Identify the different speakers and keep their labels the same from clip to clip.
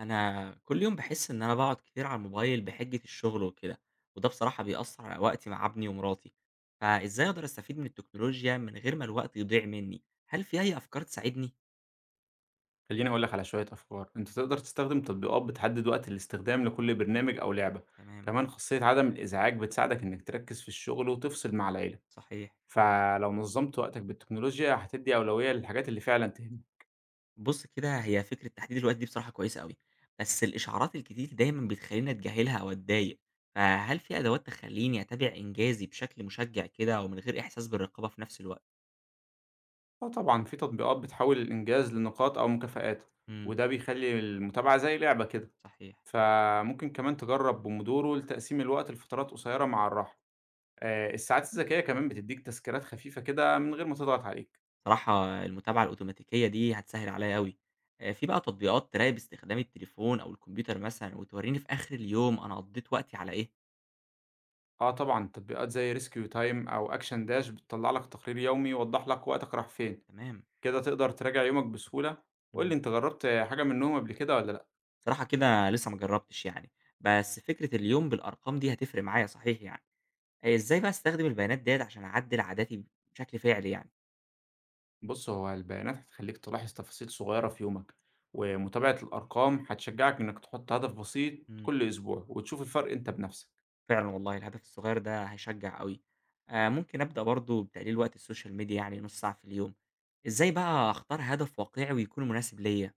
Speaker 1: أنا كل يوم باحس إن أنا باقعد كتير على الموبايل بحجة الشغل وكده، وده بصراحة بيأثّر على وقتي مع ابني ومراتي، فإزاي أقدر أستفيد من التكنولوجيا من غير ما الوقت يضيع منّي؟ هل في أي أفكار تساعدني؟
Speaker 2: خلّيني أقول لك على شوية أفكار، أنت تقدر تستخدم تطبيقات بتحدد وقت الاستخدام لكل برنامج أو لعبة،
Speaker 1: تمام،
Speaker 2: كمان خاصية عدم الإزعاج بتساعدك إنك تركّز في الشغل وتفصل مع العيلة،
Speaker 1: صحيح.
Speaker 2: فلو نظّمت وقتك بالتكنولوجيا هتدّي أولوية للحاجات اللي فعلًا تهمك،
Speaker 1: بُص كده هي فكرة تحديد الوقت دي بصراحة كويسة أوي، بس الإشعارات الكتير دايمًا بتخلّيني أتجاهلها أو أتضايق، فهل في أدوات تخلّيني أتابع إنجازي بشكل مشجّع كده ومن غير إحساس بالرقابة في نفس الوقت؟
Speaker 2: آه طبعًا في تطبيقات بتحوّل الإنجاز لنقاط أو مكافآت،
Speaker 1: إمم،
Speaker 2: وده بيخلّي المتابعة زي لعبة كده،
Speaker 1: صحيح.
Speaker 2: فممكن كمان تجرّب بومودورو لتقسيم الوقت لفترات قصيرة مع الراحة، الساعات الذكية كمان بتدّيك تذكيرات خفيفة كده من غير ما تضغط عليك.
Speaker 1: صراحة المتابعة الأوتوماتيكية دي هتسهل عليَّ أوي، في بقى تطبيقات تراقب استخدام التليفون أو الكمبيوتر مثلًا وتوريني في آخر اليوم أنا قضيت وقتي على إيه؟
Speaker 2: آه طبعًا، تطبيقات زي rescue time أو action dash بتطلع لك تقرير يومي يوضح لك وقتك راح فين،
Speaker 1: تمام.
Speaker 2: كده تقدر تراجع يومك بسهولة. قُل
Speaker 1: إمم.
Speaker 2: لي أنت جربت حاجة منهم قبل كده والّا لأ؟
Speaker 1: بصراحة كده لسه ما جربتش يعني، بس فكرة اليوم بالأرقام دي هتفرق معايا صحيح يعني، إزاي بقى أستخدم البيانات ديّة عشان أعدل عاداتي بشكل فعلي يعني؟
Speaker 2: بُص، هو البيانات هتخليك تلاحظ تفاصيل صغيرة في يومك، ومتابعة الأرقام هتشجعك إنك تحط هدف بسيط
Speaker 1: إمم.
Speaker 2: كل أسبوع وتشوف الفرق أنت بنفسك.
Speaker 1: فعلًا والله الهدف الصغير ده هيشجع أوي، ممكن أبدأ برضه بتقليل وقت السوشيال ميديا يعني نُص ساعة في اليوم، إزاي بقى أختار هدف واقعي ويكون مناسب ليّا؟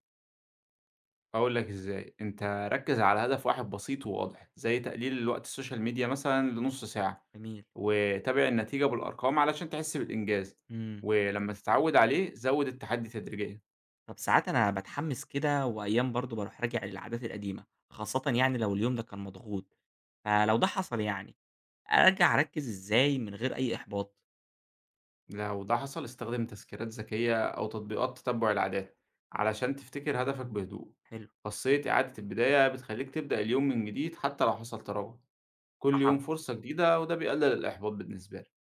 Speaker 2: هاقول لك إزاي، أنت ركّز على هدف واحد بسيط وواضح، زي تقليل الوقت الSocial media مثلًا لنُص ساعة،
Speaker 1: جميل.
Speaker 2: وتابع النتيجة بالأرقام علشان تحس بالإنجاز،
Speaker 1: إمم.
Speaker 2: ولمّا تتعوّد عليه زوّد التحدي تدريجيًا،
Speaker 1: طب ساعات أنا باتحمّس كده وأيام برضه باروح راجع للعادات القديمة، خاصةً يعني لو اليوم ده كان مضغوط، فلو ده حصل يعني أرجع أركّز إزاي من غير أي إحباط؟
Speaker 2: لو ده حصل استخدم تذكيرات ذكية أو تطبيقات تتبع العادات، علشان تفتكر هدفك بهدوء.
Speaker 1: حلو.
Speaker 2: خاصية إعادة البداية بتخلّيك تبدأ اليوم من جديد حتى لو حصل تراجع، كل يوم
Speaker 1: بصراحة
Speaker 2: فرصة جديدة وده بيقلل الإحباط بالنسبة لك.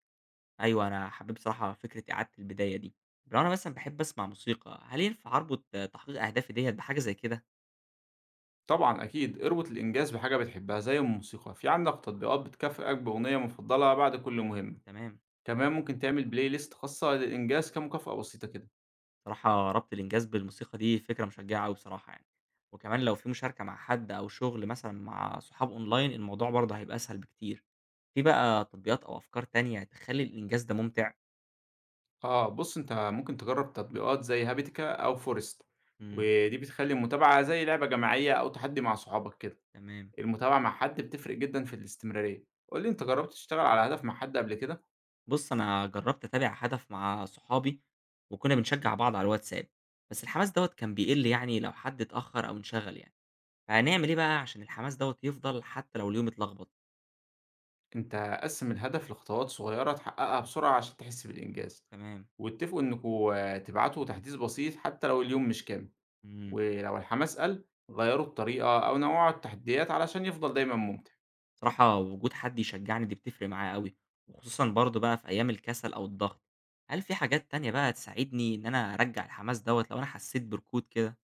Speaker 1: أيوه، أنا حبيت بصراحة فكرة إعادة البداية دي. لو أنا مثلًا باحب أسمع موسيقى، هل ينفع أربط تحقيق أهدافي ديّة بحاجة زي كده؟
Speaker 2: طبعًا أكيد، اربط الإنجاز بحاجة بتحبها زي الموسيقى، في عندك تطبيقات بتكافئك بأغنية مفضلة بعد كل مهمة،
Speaker 1: تمام.
Speaker 2: كمان ممكن تعمل Play list خاصة للإنجاز كمكافأة بسيطة كده.
Speaker 1: بصراحة ربط الإنجاز بالموسيقى دي فكرة مشجعة أوي بصراحة يعني، وكمان لو في مشاركة مع حد أو شغل مثلًا مع صحاب أونلاين الموضوع برضه هيبقى أسهل بكتير، في بقى تطبيقات أو أفكار تانية تخلّي الإنجاز ده ممتع؟
Speaker 2: آه، بُص أنت ممكن تجرب تطبيقات زي هابيتيكا أو Forest،
Speaker 1: إمم،
Speaker 2: ودي بتخلّي المتابعة زي لعبة جماعية أو تحدي مع صحابك كده،
Speaker 1: تمام،
Speaker 2: المتابعة مع حد بتفرق جدًا في الاستمرارية. قُل لي أنت جربت تشتغل على هدف مع حد قبل كده؟
Speaker 1: بُص أنا جرّبت أتابع هدف مع صحابي وكنا بنشجع بعض على الواتساب، بس الحماس دوّة كان بيقل يعني لو حد اتأخر أو انشغل يعني، فهنعمل إيه بقى عشان الحماس دوّة يفضل حتى لو اليوم اتلخبط؟
Speaker 2: أنت قسّم الهدف لخطوات صغيرة تحققها بسرعة عشان تحس بالإنجاز.
Speaker 1: تمام،
Speaker 2: واتفقوا إنكم تبعتوا تحديث بسيط حتى لو اليوم مش كامل،
Speaker 1: إمم.
Speaker 2: ولو الحماس قَل غيّروا الطريقة أو نوعّوا التحديات علشان يفضل دايمًا ممتع.
Speaker 1: بصراحة وجود حد يشجعني دي بتفرق معايا أوي، وخصوصًا برضه بقى في أيام الكسل أو الضغط، هل في حاجات تانية بقى تساعدني إن أنا أرجّع الحماس دوّة لو أنا حسيت بركود كده؟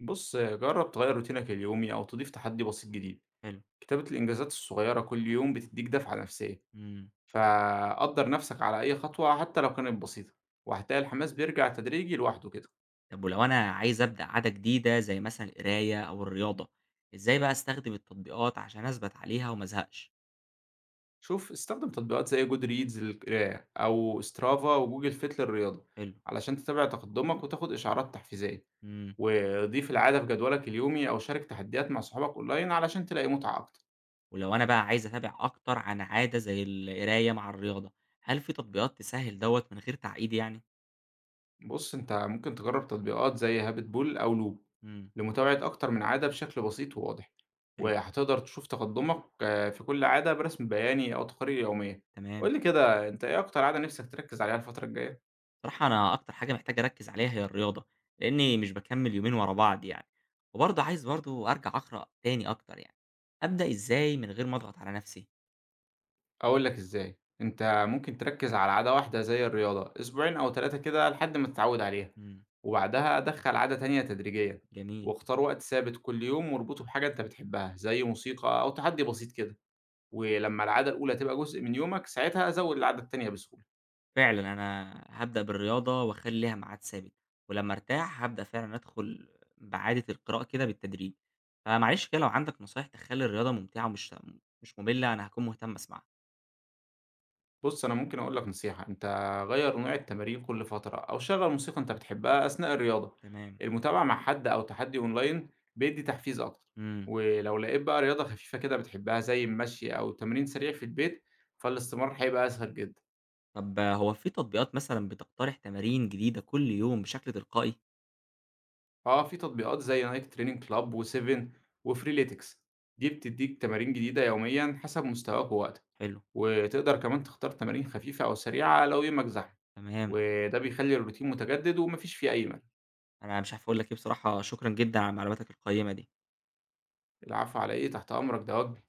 Speaker 2: بُص، جرّب تغيّر روتينك اليومي أو تضيف تحدي بسيط جديد.
Speaker 1: حلو،
Speaker 2: كتابة الإنجازات الصغيّرة كل يوم بتدّيك دفعة نفسية،
Speaker 1: إمم،
Speaker 2: فقدّر نفسك على أي خطوة حتى لو كانت بسيطة، وهتلاقي الحماس بيرجع تدريجي لوحده كده.
Speaker 1: طب ولو أنا عايز أبدأ عادة جديدة زي مثلًا القراية أو الرياضة، إزاي بقى أستخدم التطبيقات عشان أثبت عليها وما أزهقش؟
Speaker 2: شوف استخدم تطبيقات زي جود ريدز للقراية أو سترافا وجوجل فيت للرياضة
Speaker 1: حلو،
Speaker 2: علشان تتابع تقدمك وتاخد إشعارات تحفيزية
Speaker 1: إمم،
Speaker 2: وضيف العادة في جدولك اليومي أو شارك تحديات مع صحابك أونلاين علشان تلاقي متعة أكتر.
Speaker 1: ولو أنا بقى عايز أتابع أكتر عن عادة زي القراية مع الرياضة، هل في تطبيقات تسهّل دوّة من غير تعقيد يعني؟
Speaker 2: بص أنت ممكن تجرب تطبيقات زي هابت بول أو لوب
Speaker 1: إمم،
Speaker 2: لمتابعة أكتر من عادة بشكل بسيط وواضح
Speaker 1: حلو،
Speaker 2: وهتقدر تشوف تقدمك آه، في كل عادة برسم بياني أو تقارير يومية.
Speaker 1: تمام.
Speaker 2: قولي كده أنت إيه أكتر عادة نفسك تركز عليها الفترة الجاية؟
Speaker 1: بصراحة أنا أكتر حاجة محتاج أركّز عليها هي الرياضة، لإنّي مش باكمّل يومين ورا بعض يعني، وبرضه عايز برضه أرجع أقرأ تاني أكتر يعني، أبدأ إزاي من غير ما أضغط على نَفْسي؟
Speaker 2: أقول لك إزاي، أنت ممكن تركّز على عادة واحدة زي الرياضة أسبوعين أو 3 كده لحد ما تتعود عليها،
Speaker 1: إمم،
Speaker 2: وبعدها دخّل عادة تانية تدريجيًا،
Speaker 1: جميل،
Speaker 2: واختار وقت ثابت كل يوم واربطه بحاجة أنت بتحبها، زي موسيقى أو تحدي بسيط كده، ولمّا العادة الأولى تبقى جزء من يومك ساعتها زوّد العادة التانية بسهولة.
Speaker 1: فعلًا أنا هابدأ بالرياضة وأخلّي ليها ميعاد ثابت، ولمّا أرتاح هابدأ فعلًا أدخل بعادة القراءة كده بالتدريج، فمعلش كده لو عندك نصايح تخلّي الرياضة ممتعة ومش مش مُمِلّة أنا هاكون مهتم أسمعها.
Speaker 2: بُص، أنا ممكن أقول لك نصيحة، أنت غيّر نوع التمارين كل فترة أو شغّل موسيقى أنت بتحبها أثناء الرياضة،
Speaker 1: تمام،
Speaker 2: المتابعة مع حد أو تحدي أونلاين بيدّي تحفيز أكتر،
Speaker 1: إمم،
Speaker 2: ولو لقيت بقى رياضة خفيفة كده بتحبها زي المشي أو تمرين سريع في البيت، فالاستمرار هيبقى أسهل جدًا.
Speaker 1: طَب هو في تطبيقات مثلًا بتقترح تمارين جديدة كل يوم بشكل تلقائي؟
Speaker 2: آه، في تطبيقات زي Nike Training Club و7 وFreeletics دي بتدّيك تمارين جديدة يوميًا حسب مستواك ووقتك،
Speaker 1: حلو.
Speaker 2: وتقدر كمان تختار تمارين خفيفة أو سريعة لو يومك زحمة،
Speaker 1: تمام.
Speaker 2: وده بيخلّي الروتين متجدد وما فيش فيه أي ملل.
Speaker 1: أنا مش عارف أقول لك إيه بصراحة، شكرًا جدًا على معلوماتك القيّمة دي.
Speaker 2: العفو على إيه، تحت أمرك، ده واجبي.